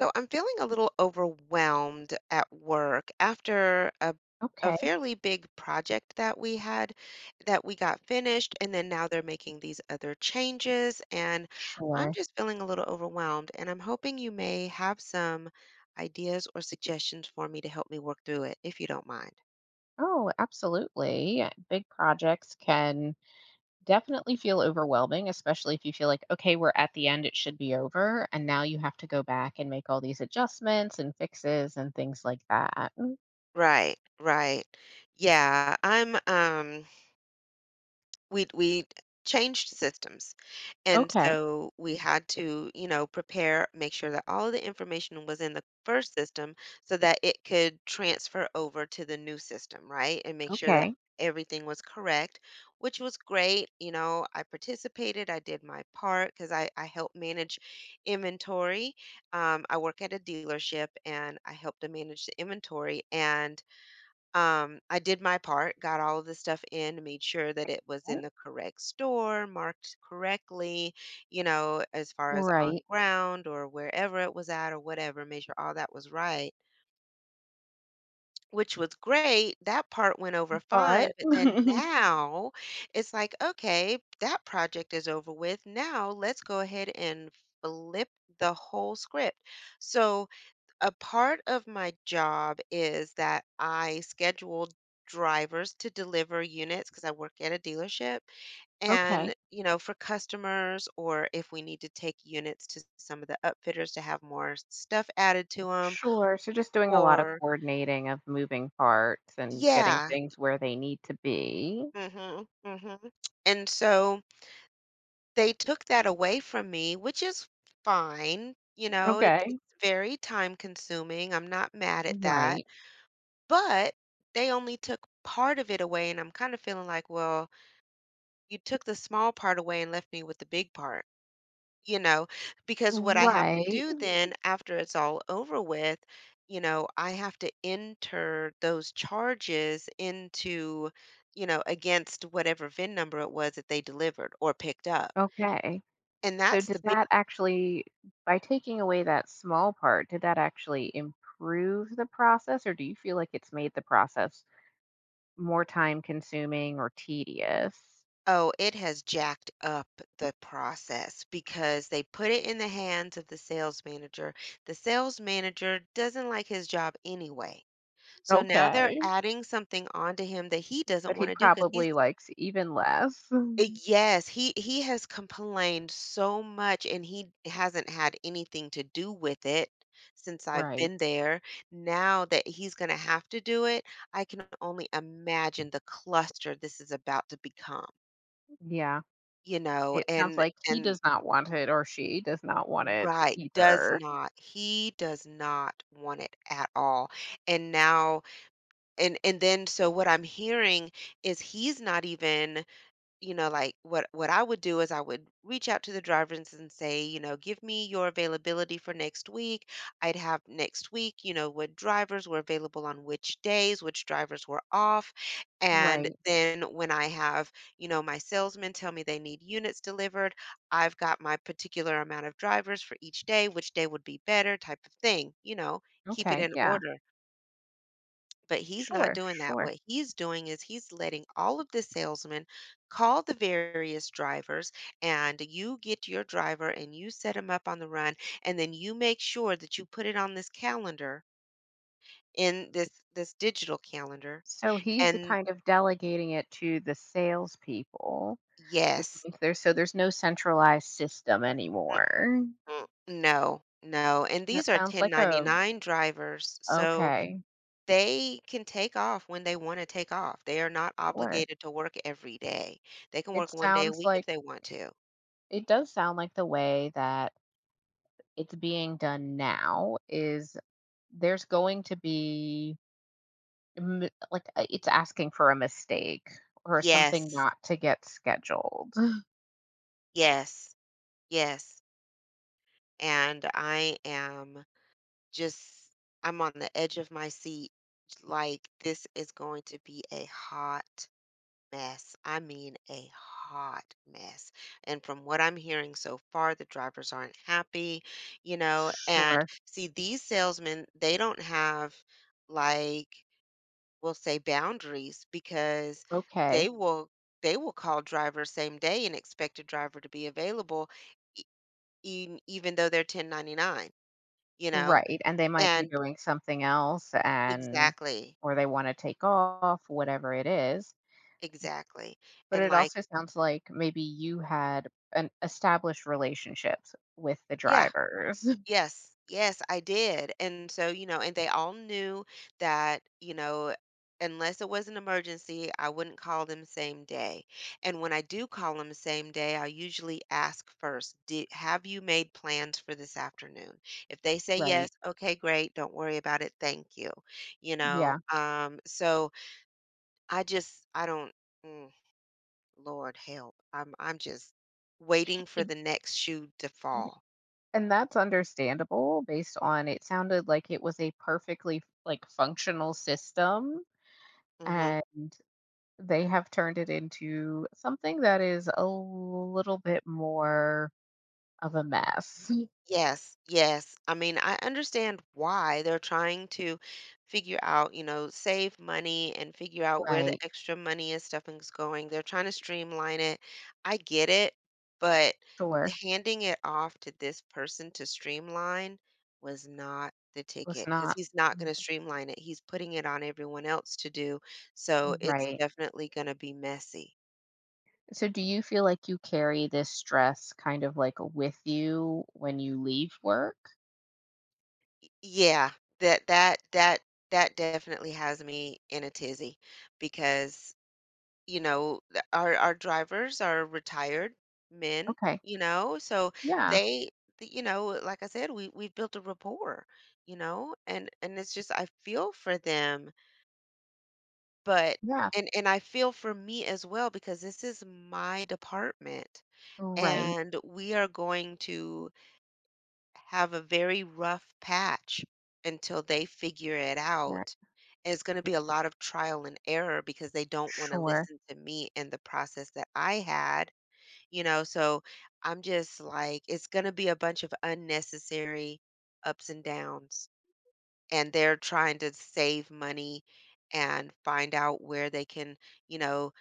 So I'm feeling a little overwhelmed at work after a Okay, fairly big project that we had, that we got finished, and then now they're making these other changes. And I'm sure. just feeling a little overwhelmed, and I'm hoping you may have some ideas or suggestions for me to help me work through it, if you don't mind. Oh, absolutely. Big projects can definitely feel overwhelming, especially if you feel like, okay, we're at the end, it should be over. And now you have to go back and make all these adjustments and fixes and things like that. Right, right. Yeah, I'm we changed systems. And Okay, so we had to, you know, prepare, make sure that all the information was in the first system so that it could transfer over to the new system, right? And make sure that okay. everything was correct, which was great. You know, I participated, I did my part because I help manage inventory. I work at a dealership and I help to manage the inventory. And I did my part, got all of the stuff in, made sure that it was in Yeah. the correct store, marked correctly, you know, as far as on Right. ground or wherever it was at or whatever, made sure all that was right, which was great. That part went over fine. But, But then now it's like, okay, that project is over with. Now let's go ahead and flip the whole script. So, a part of my job is that I schedule drivers to deliver units because I work at a dealership, okay, and you know, for customers, or if we need to take units to some of the upfitters to have more stuff added to them. Yeah, sure. So just doing a lot of or coordinating of moving parts and getting yeah. things where they need to be. Mhm, mhm. And so they took that away from me, which is fine, you know. it, Okay. it's very time consuming. I'm not mad at that. Right. But they only took part of it away, and I'm kind of feeling like, well, you took the small part away and left me with the big part, you know? Because what I have to Right. do then after it's all over with, you know, I have to enter those charges into, you know, against whatever VIN number it was that they delivered or picked up. Okay. And So that's does the— that actually, by taking away that small part, did that actually improve the process, or do you feel like it's made the process more time consuming or tedious? Oh, it has jacked up the process because they put it in the hands of the sales manager. The sales manager doesn't like his job anyway. So now they're Okay, adding something onto him that he doesn't but he want to do because he's— probably likes even less. Mhm. yes, he has complained so much, and he hasn't had anything to do with it since I've Right. been there. Now that he's going to have to do it, I can only imagine the cluster this is about to become, Yeah. you know. It sounds and like he and does not want it or she does not want it right, does either. not. He does not want it at all. And now and then, so what I'm hearing is he's not even, you know, like what I would do is I would reach out to the drivers and say, you know, give me your availability for next week. I'd have next week, you know, what drivers were available on which days, which drivers were off. And Right. then when I have, you know, my salesmen tell me they need units delivered, I've got my particular amount of drivers for each day, which day would be better, type of thing, you know, keep it Okay. in Yeah. order. But he's not Sure, doing that. sure. What he's doing is he's letting all of the salesmen call the various drivers, and you get your driver and you set him up on the run, and then you make sure that you put it on this calendar, in this digital calendar. So he's And kind of delegating it to the salespeople. Which yes, means there's, so there's no centralized system anymore. mm-mm, no, no. And these That are sounds like a, 1099 drivers, so okay, they can take off when they want to take off. They are not sure. obligated to work every day. They can It work one day a sounds week if like, they want to. it does sound like the way that it's being done now is there's going to be it's asking for a mistake or something Yes, not to get scheduled. yes, yes. And I am just, I'm on the edge of my seat. Like, this is going to be a hot mess. I mean, a hot mess. And from what I'm hearing so far, the drivers aren't happy, you know. And Sure. see, these salesmen, they don't have, like, we'll say boundaries, because they Okay. will. They will call drivers same day and expect a driver to be available in, even though they're 1099, you know? Right. And they might be And doing something else, and exactly, or they want to take off, whatever it is. exactly. But And it like, also sounds like maybe you had an established relationships with the yeah, drivers, yes, yes, I did. And so, you know, and they all knew that, you know, unless it was an emergency, I wouldn't call them same day. And when I do call them same day, I usually ask first, "Did have you made plans for this afternoon?" If they say yes, right? okay, great, don't worry about it, thank you. Yeah. So I don't. Mm, Lord help. I'm just waiting for It- the next shoe to fall. and that's understandable based on, it sounded like it was a perfectly like functional system Hmm. and they have turned it into something that is a little bit more of a mess. Yes, yes. I mean, I understand why they're trying to figure out, you know, save money and figure out where the Right. extra money and stuff is going. They're trying to streamline it. I get it, but the Sure. handing it off to this person to streamline was not the It was ticket, because not he's not going to streamline it. He's putting it on everyone else to do. So it's right. definitely going to be messy. So do you feel like you carry this stress kind of like with you when you leave work? Yeah, that that that that definitely has me in a tizzy because, you know, our drivers are retired men, Okay. you know, so Yeah. they, you know, like I said, we we've built a rapport, you know, and it's just I feel for them, but Yeah. and I feel for me as well because this is my department, Right. and we are going to have a very rough patch until they figure it Yeah. out. And it's going to be a lot of trial and error because they don't want to Sure. listen to me and the process that I had, you know. So I'm just like, it's going to be a bunch of unnecessary ups and downs. And they're trying to save money and find out where they can, you know,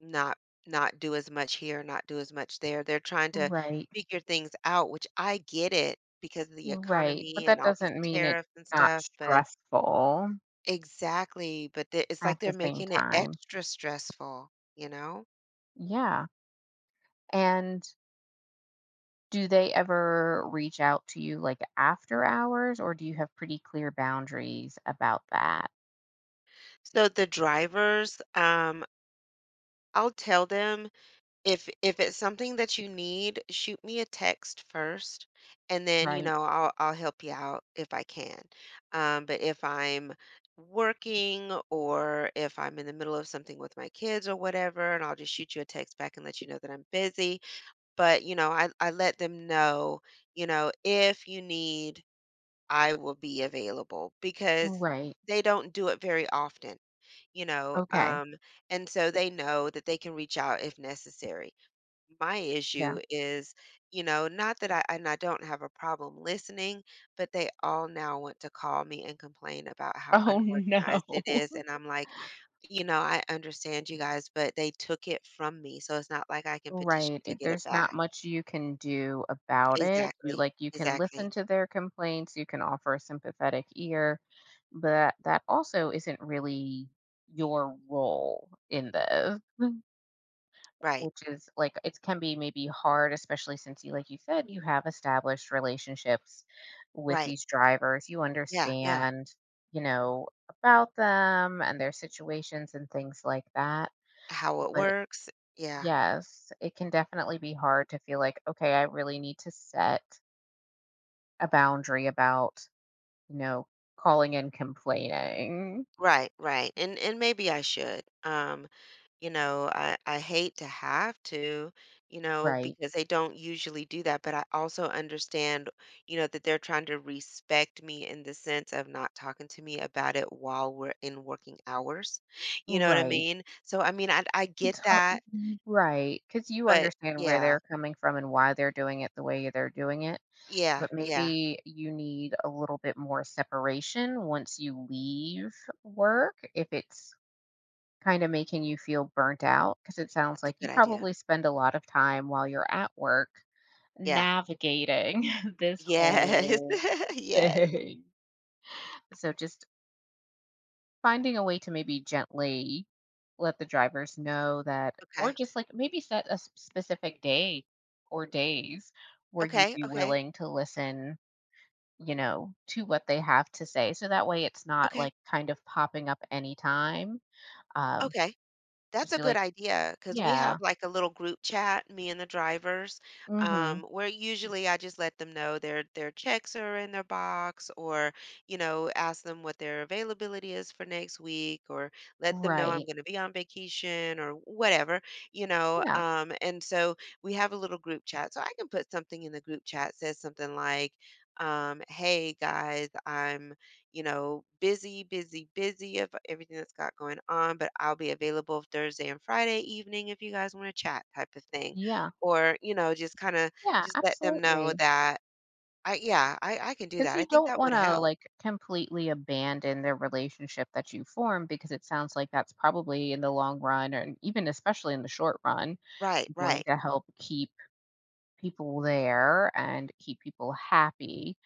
not— not do as much here, not do as much there. They're trying to Right. figure things out, which I get it, because of the Right. But economy and that all these doesn't mean it's tariffs and not stuff, but— stressful Exactly, but the it's like at they're the same making it time. extra stressful, you know? Yeah. And do they ever reach out to you like after hours or do you have pretty clear boundaries about that? So the drivers, I'll tell them, if it's something that you need, shoot me a text first, and then, you Right. know, I'll help you out if I can. But if I'm working or if I'm in the middle of something with my kids or whatever, and I'll just shoot you a text back and let you know that I'm busy. But, you know, I let them know, you know, if you need, I will be available, because Right. they don't do it very often, you know. Okay. And so they know that they can reach out if necessary. My Yeah. issue is, you know, not that I— and I don't have a problem listening, but they all now want to call me and complain about how Oh no. unorganized it is. And I'm like, you know, I understand you guys, but they took it from me. So it's not like I can petition Right. to It, get it there's not back. much you can do about it. You, Exactly. like, you can listen Exactly. to their complaints, you can offer a sympathetic ear, but that also isn't really your role in this. Right. Which is, like, it can be maybe hard, especially since you, like you said, you have established relationships with Right. these drivers. You Yeah. Yeah. understand, you know, about them and their situations and things like that. How it But it, works. Yeah. yes, it can definitely be hard to feel like, okay, I really need to set a boundary about, you know, calling and complaining. Right. Right. And maybe I should. You know, I hate to have to, you know, Right. because they don't usually do that, but I also understand, you know, that they're trying to respect me in the sense of not talking to me about it while we're in working hours. You know what I Right. mean? So, I mean, I It's get ho- that, right. Because you but understand where yeah, they're coming from and why they're doing it the way they're doing it. yeah, But yeah, maybe you need a little bit more separation once you leave work if it's kind of making you feel burnt out. Because it sounds that's a like you good idea. probably spend a lot of time while you're at work Yeah, navigating this yes, whole yes. thing. So just finding a way to maybe gently let the drivers know that, or Okay, just like maybe set a specific day or days where you'd okay, be okay, willing to listen, you know, to what they have to say. So that way it's not okay, like kind of popping up anytime. Um, okay. That's just a be good like, idea because we have yeah, like a little group chat, me and the drivers, mm-hmm, where usually I just let them know their checks are in their box, or you know, ask them what their availability is for next week, or let them know I'm right. going to be on vacation or whatever, you know. Yeah, And so we have a little group chat, so I can put something in the group chat, says something like, "Hey guys, I'm," you know, busy, busy, busy of everything that's got going on, but I'll be available Thursday and Friday evening if you guys want to chat, type of thing. yeah, Or, you know, just kind of yeah, just let them know absolutely. that— I yeah, I can do 'Cause that. I you think don't that would wanna, help. like, completely abandon the relationship that you form, because it sounds like that's probably in the long run and even especially in the short run, Right, going right. to help keep people there and keep people happy,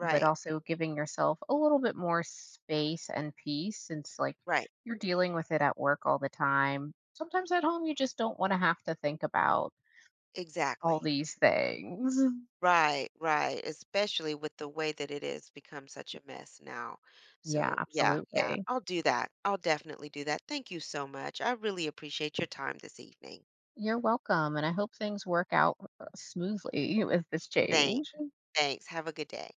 but also giving yourself a little bit more space and peace since, like, Right. you're dealing with it at work all the time. Sometimes at home, you just don't wanna have to think about all Exactly. these things. Right, right. Especially with the way that it has become such a mess now. Yeah, So, yeah, yeah, absolutely. I'll do that. I'll definitely do that. Thank you so much. I really appreciate your time this evening. You're welcome, and I hope things work out, smoothly with this Thanks. change. Thanks. Have a good day.